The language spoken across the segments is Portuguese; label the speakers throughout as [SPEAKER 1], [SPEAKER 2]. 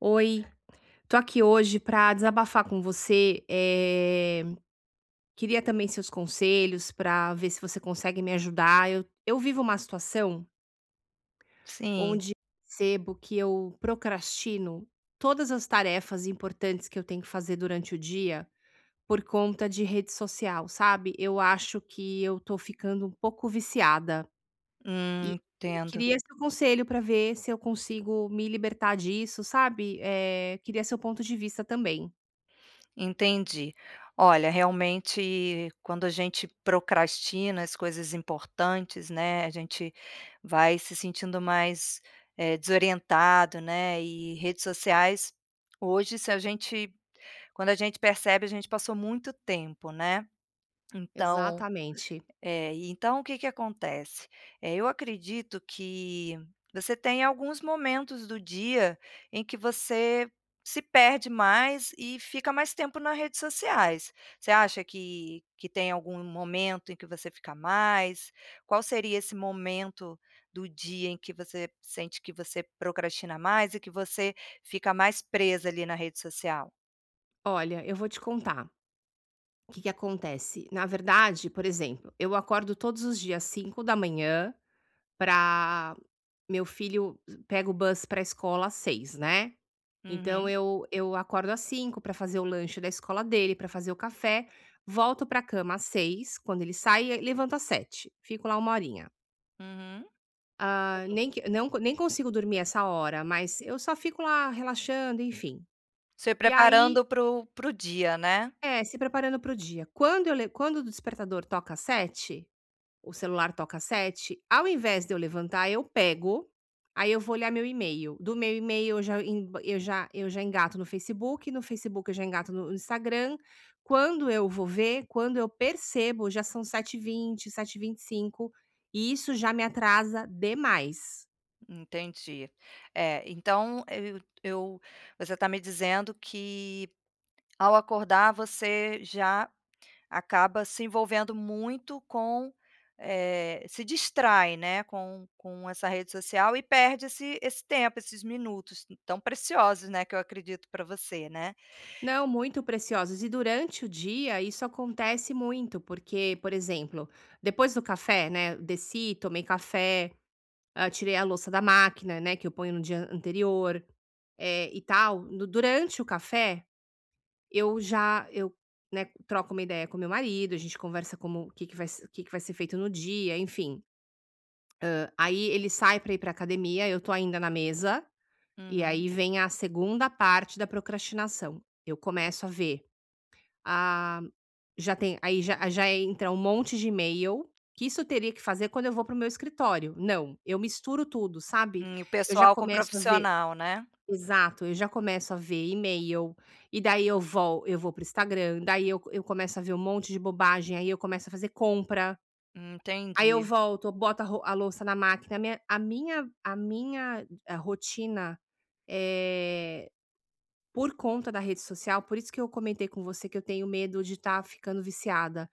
[SPEAKER 1] Oi, tô aqui hoje pra desabafar com você. Queria também seus conselhos pra ver se você consegue me ajudar. Eu vivo uma situação
[SPEAKER 2] Sim,
[SPEAKER 1] onde percebo que eu procrastino todas as tarefas importantes que eu tenho que fazer durante o dia por conta de rede social, sabe? Eu acho que eu tô ficando um pouco viciada e
[SPEAKER 2] entendo,
[SPEAKER 1] queria seu conselho pra ver se eu consigo me libertar disso, sabe? Queria seu ponto de vista também.
[SPEAKER 2] entendi. Olha, realmente, quando a gente procrastina as coisas importantes, né, a gente vai se sentindo mais, desorientado, né. E redes sociais hoje, se a gente quando a gente percebe, a gente passou muito tempo, né. Então
[SPEAKER 1] Exatamente.
[SPEAKER 2] é, e então o que que acontece? Eu acredito que você tem alguns momentos do dia em que você se perde mais e fica mais tempo nas redes sociais. Você acha que tem algum momento em que você fica mais? Qual seria esse momento do dia em que você sente que você procrastina mais e que você fica mais presa ali na rede social?
[SPEAKER 1] Olha, eu vou te contar o que que acontece. Na verdade, por exemplo, eu acordo todos os dias 5 da manhã para meu filho pega o bus pra escola às 6, né. Então
[SPEAKER 2] Uhum,
[SPEAKER 1] eu acordo às 5 para fazer o lanche da escola dele, para fazer o café, volto para cama às 6 quando ele sai, e levanto às 7, fico lá uma horinha.
[SPEAKER 2] uhum.
[SPEAKER 1] Ah, nem que não nem consigo dormir essa hora, mas eu só fico lá relaxando, enfim.
[SPEAKER 2] Se
[SPEAKER 1] E
[SPEAKER 2] preparando
[SPEAKER 1] aí
[SPEAKER 2] para o dia, né?
[SPEAKER 1] É, se preparando para o dia. Quando eu le quando o despertador toca 7, o celular toca 7. Ao invés de eu levantar, eu pego, aí eu vou olhar meu e-mail. Do meu e-mail eu já eu já engato no Facebook, no Facebook eu já engato no Instagram. Quando eu vou ver, quando eu percebo, já são 7h20, vinte sete e vinte e cinco, e isso já me atrasa demais.
[SPEAKER 2] Entendi. É, então eu você está me dizendo que ao acordar você já acaba se envolvendo muito com, se distrai, né, com essa rede social e perde esse tempo, esses minutos tão preciosos, né, que eu acredito para você, né?
[SPEAKER 1] Não, muito preciosos. E durante o dia isso acontece muito, porque, por exemplo, depois do café, né, desci, tomei café, tirei a louça da máquina, né, que eu ponho no dia anterior, e tal. Durante o café, eu já, eu, né, troco uma ideia com meu marido, a gente conversa como o que que vai, o que que vai ser feito no dia, enfim. Aí ele sai para ir para academia, eu tô ainda na mesa, e
[SPEAKER 2] Uhum.
[SPEAKER 1] aí vem a segunda parte da procrastinação. Eu começo a ver ah, já tem aí já ah, já entra um monte de e-mail, que isso eu teria que fazer quando eu vou para o meu escritório. Não, eu misturo tudo, sabe.
[SPEAKER 2] E o
[SPEAKER 1] Eu já
[SPEAKER 2] pessoal com o
[SPEAKER 1] começo a ver
[SPEAKER 2] profissional, né.
[SPEAKER 1] Exato, eu já começo a ver e-mail, e daí eu vou para o Instagram, daí eu começo a ver um monte de bobagem, aí eu começo a fazer compra, aí eu
[SPEAKER 2] Entendi.
[SPEAKER 1] volto, eu boto a louça na máquina. A minha rotina é por conta da rede social, por isso que eu comentei com você que eu tenho medo de estar ficando viciada.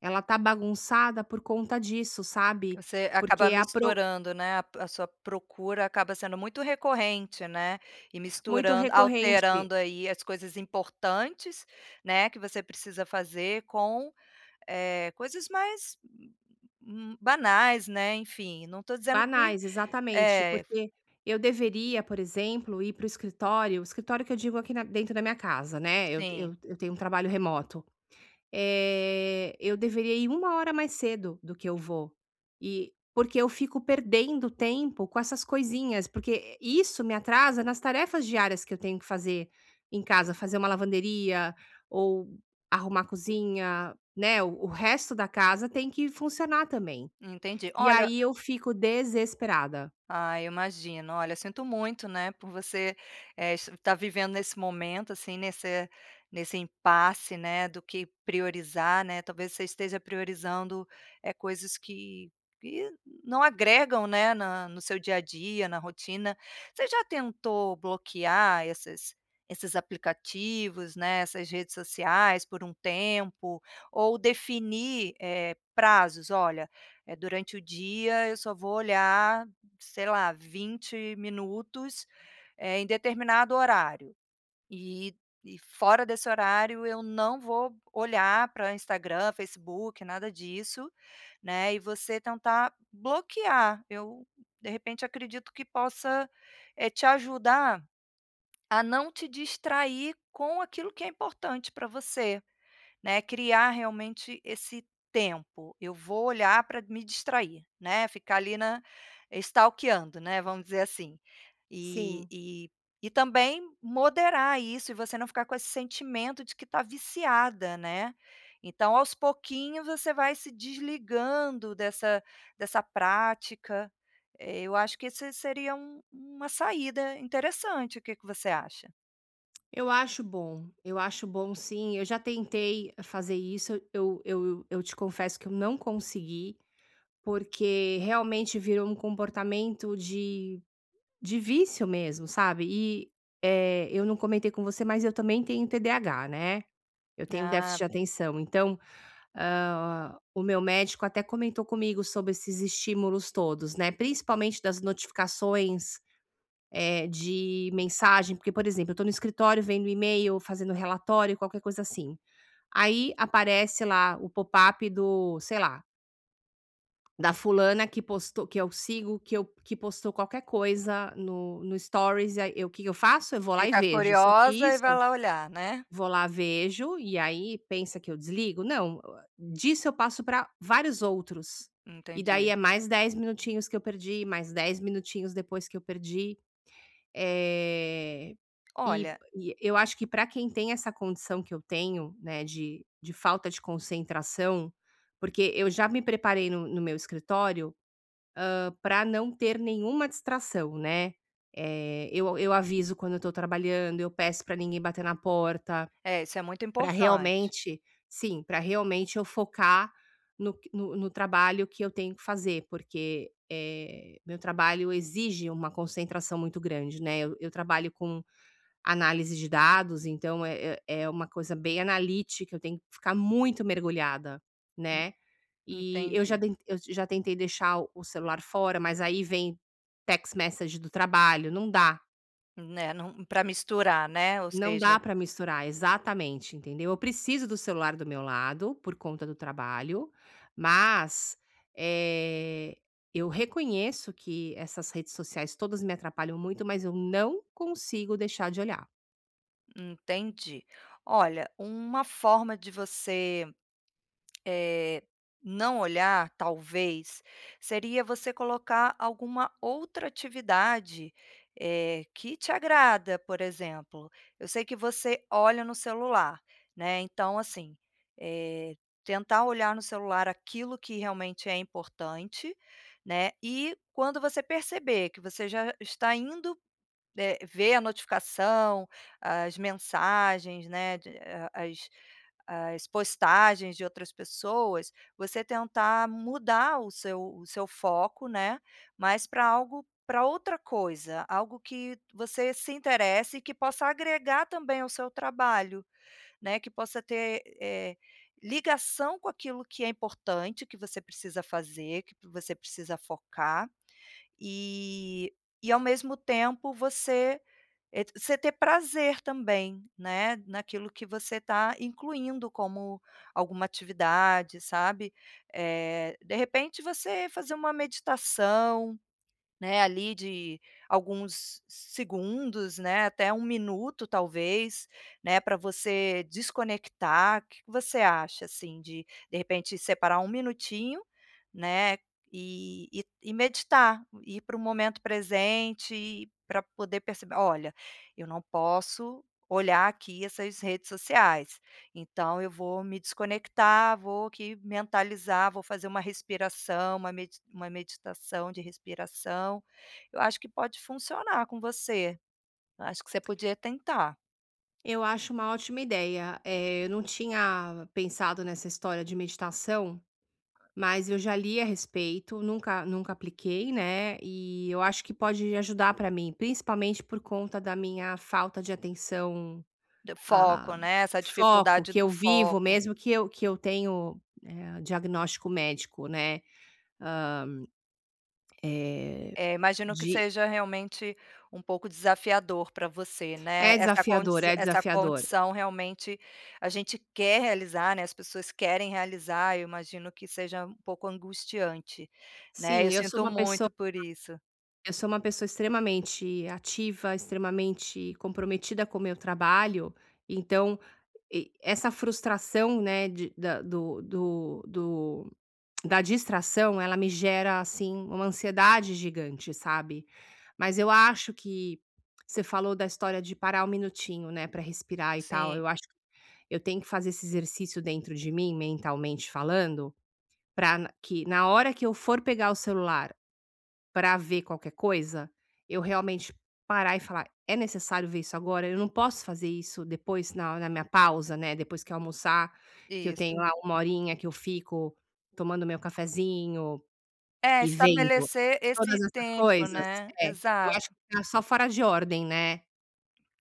[SPEAKER 1] Ela tá bagunçada por conta disso, sabe,
[SPEAKER 2] Você acaba
[SPEAKER 1] porque a pro
[SPEAKER 2] misturando, né, a sua procura acaba sendo muito recorrente, né, e
[SPEAKER 1] muito
[SPEAKER 2] misturando,
[SPEAKER 1] recorrente,
[SPEAKER 2] alterando aí as coisas importantes, né, que você precisa fazer com, coisas mais, banais, né, enfim. Não estou dizendo que
[SPEAKER 1] banais, exatamente,
[SPEAKER 2] é.
[SPEAKER 1] porque eu deveria, por exemplo, ir para o escritório, o escritório que eu digo aqui na dentro da minha casa, né, eu
[SPEAKER 2] Sim,
[SPEAKER 1] eu eu tenho um trabalho remoto. Eu deveria ir 1 hora mais cedo do que eu vou. E porque eu fico perdendo tempo com essas coisinhas, porque isso me atrasa nas tarefas diárias que eu tenho que fazer em casa, fazer uma lavanderia ou arrumar a cozinha, né, o resto da casa tem que funcionar também.
[SPEAKER 2] entendi.
[SPEAKER 1] E
[SPEAKER 2] Olha,
[SPEAKER 1] aí eu fico desesperada.
[SPEAKER 2] ah, eu imagino. Olha, sinto muito, né, por você, estar vivendo nesse momento, assim, nesse impasse, né, do que priorizar, né. Talvez você esteja priorizando é coisas que não agregam, né, na no seu dia a dia, na rotina. Você já tentou bloquear esses aplicativos, né, essas redes sociais por um tempo, ou definir, prazos? "Olha, é durante o dia eu só vou olhar, sei lá, 20 minutos, em determinado horário. E e fora desse horário eu não vou olhar pra Instagram, Facebook, nada disso", né, e você tentar bloquear. Eu, de repente, acredito que possa, te ajudar a não te distrair com aquilo que é importante para você. Né, criar realmente esse tempo. Eu vou olhar para me distrair, né, ficar ali na stalkeando, né, vamos dizer assim. E
[SPEAKER 1] Sim,
[SPEAKER 2] e também moderar isso e você não ficar com esse sentimento de que está viciada, né. Então aos pouquinhos você vai se desligando dessa prática. Eu acho que esse seria uma saída interessante. O que que você acha?
[SPEAKER 1] eu acho bom sim, eu já tentei fazer isso, eu te confesso que eu não consegui. Porque realmente virou um comportamento de vício mesmo, sabe. E eu não comentei com você, mas eu também tenho TDAH, né. Eu tenho déficit
[SPEAKER 2] Ah,
[SPEAKER 1] de atenção, então, o meu médico até comentou comigo sobre esses estímulos todos, né, principalmente das notificações, de mensagem, porque, por exemplo, eu estou no escritório vendo e-mail, fazendo relatório, qualquer coisa assim. Aí aparece lá o pop-up do, sei lá, da fulana que postou, que eu sigo, que eu que postou qualquer coisa no stories, e aí eu, o que que eu faço? Eu vou lá e
[SPEAKER 2] fica
[SPEAKER 1] vejo. Só que
[SPEAKER 2] curiosa e
[SPEAKER 1] isso,
[SPEAKER 2] vai lá olhar, né?
[SPEAKER 1] vou lá, vejo, e aí pensa que eu desligo? Não, disso eu passo para vários outros. E
[SPEAKER 2] Entendi.
[SPEAKER 1] daí é mais 10 minutinhos que eu perdi, mais 10 minutinhos depois que eu perdi. Eh, e
[SPEAKER 2] Olha,
[SPEAKER 1] e eu acho que para quem tem essa condição que eu tenho, né, de falta de concentração, porque eu já me preparei no meu escritório para não ter nenhuma distração, né. Eu aviso quando eu tô trabalhando, eu peço para ninguém bater na porta
[SPEAKER 2] é, isso é muito
[SPEAKER 1] para
[SPEAKER 2] importante.
[SPEAKER 1] realmente sim, para realmente eu focar no q no no trabalho que eu tenho que fazer, porque, meu trabalho exige uma concentração muito grande, né. Eu trabalho com análise de dados, então é uma coisa bem analítica, eu tenho que ficar muito mergulhada, né. E eu já
[SPEAKER 2] Entendi,
[SPEAKER 1] den eu já tentei deixar o celular fora, mas aí vem text message do trabalho, não dá.
[SPEAKER 2] né. Para misturar, né, ou
[SPEAKER 1] Não
[SPEAKER 2] seja,
[SPEAKER 1] dá para misturar, exatamente, entendeu. Eu preciso do celular do meu lado, por conta do trabalho, mas, eh, eu reconheço que essas redes sociais todas me atrapalham muito, mas eu não consigo deixar de olhar.
[SPEAKER 2] entendi. Olha, uma forma de você Eh, não olhar, talvez, seria você colocar alguma outra atividade, que te agrada. Por exemplo, eu sei que você olha no celular, né, então assim, eh, tentar olhar no celular aquilo que realmente é importante, né, e quando você perceber que você já está indo, ver a notificação, as mensagens, né, de a as ah, As postagens de outras pessoas, você tentar mudar o seu foco, né, mas para algo, para outra coisa, algo que você se interesse e que possa agregar também ao seu trabalho, né, que possa ter, ligação com aquilo que é importante, que você precisa fazer, que você precisa focar. E e ao mesmo tempo você é t você ter prazer também, né, naquilo que você está incluindo como alguma atividade, sabe. De repente você fazer uma meditação, né, ali de alguns segundos, né, até 1 minuto talvez, né, para você desconectar. O que que você acha, assim, de repente separar um minutinho, né, e e meditar, ir para o momento presente para poder perceber: "Olha, eu não posso olhar aqui essas redes sociais. Então eu vou me desconectar, vou aqui mentalizar, vou fazer uma respiração, uma meditação de respiração". Eu acho que pode funcionar com você. Acho que você podia tentar.
[SPEAKER 1] Eu acho uma ótima ideia, eu não tinha pensado nessa história de meditação, mas eu já li a respeito, nunca apliquei, né, e eu acho que pode ajudar para mim, principalmente por conta da minha falta de atenção.
[SPEAKER 2] D
[SPEAKER 1] Ah,
[SPEAKER 2] foco, né, essa
[SPEAKER 1] Foco
[SPEAKER 2] dificuldade
[SPEAKER 1] que
[SPEAKER 2] do
[SPEAKER 1] eu vivo
[SPEAKER 2] foco.
[SPEAKER 1] mesmo, que eu tenho, diagnóstico médico, né, hã, eh,
[SPEAKER 2] É, imagino que
[SPEAKER 1] de
[SPEAKER 2] seja realmente um pouco desafiador para você, né,
[SPEAKER 1] é
[SPEAKER 2] essa condi
[SPEAKER 1] desafiador, é
[SPEAKER 2] essa
[SPEAKER 1] desafiador.
[SPEAKER 2] condição realmente. A gente quer realizar, né, as pessoas querem realizar. Eu imagino que seja um pouco angustiante, né. Eu
[SPEAKER 1] Sim,
[SPEAKER 2] sinto muito por isso.
[SPEAKER 1] eu sou uma pessoa extremamente ativa, extremamente comprometida com o meu trabalho, então, e essa frustração, né, de da do do do da distração, ela me gera, assim, uma ansiedade gigante, sabe. Mas eu acho que você falou da história de parar um minutinho, né, para respirar e tal,
[SPEAKER 2] Sim,
[SPEAKER 1] eu acho que eu tenho que fazer esse exercício dentro de mim, mentalmente falando, para que na hora que eu for pegar o celular pra ver qualquer coisa, eu realmente parar e falar: "É necessário ver isso agora? Eu não posso fazer isso depois na minha pausa, né, depois que eu almoçar, que eu tenho
[SPEAKER 2] isso.
[SPEAKER 1] lá 1 horinha que eu fico tomando meu cafezinho
[SPEAKER 2] É,
[SPEAKER 1] e vendo
[SPEAKER 2] estabelecer esse
[SPEAKER 1] todas essas
[SPEAKER 2] tempo,
[SPEAKER 1] coisas".
[SPEAKER 2] né,
[SPEAKER 1] É, eu acho
[SPEAKER 2] exato.
[SPEAKER 1] que tá só fora de ordem, né.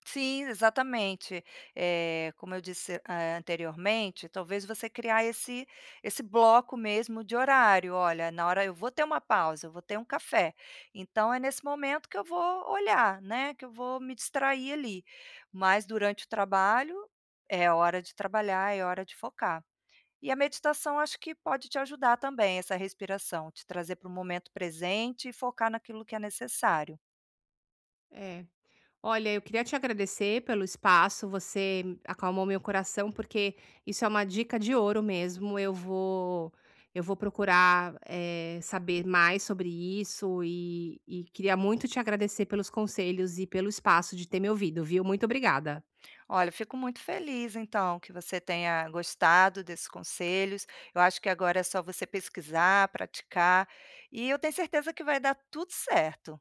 [SPEAKER 2] Sim, exatamente. Como eu disse, anteriormente, talvez você criar esse bloco mesmo de horário: "Olha, na hora eu vou ter uma pausa, eu vou ter um café, então é nesse momento que eu vou olhar, né, que eu vou me distrair ali, mas durante o trabalho é hora de trabalhar, é hora de focar". E a meditação acho que pode te ajudar também, essa respiração, te trazer para o momento presente e focar naquilo que é necessário.
[SPEAKER 1] É. Olha, eu queria te agradecer pelo espaço, você acalmou meu coração, porque isso é uma dica de ouro mesmo. Eu vou procurar, saber mais sobre isso, e queria muito te agradecer pelos conselhos e pelo espaço de ter me ouvido, viu. Muito obrigada.
[SPEAKER 2] Olha, eu fico muito feliz então que você tenha gostado desses conselhos. Eu acho que agora é só você pesquisar, praticar, e eu tenho certeza que vai dar tudo certo.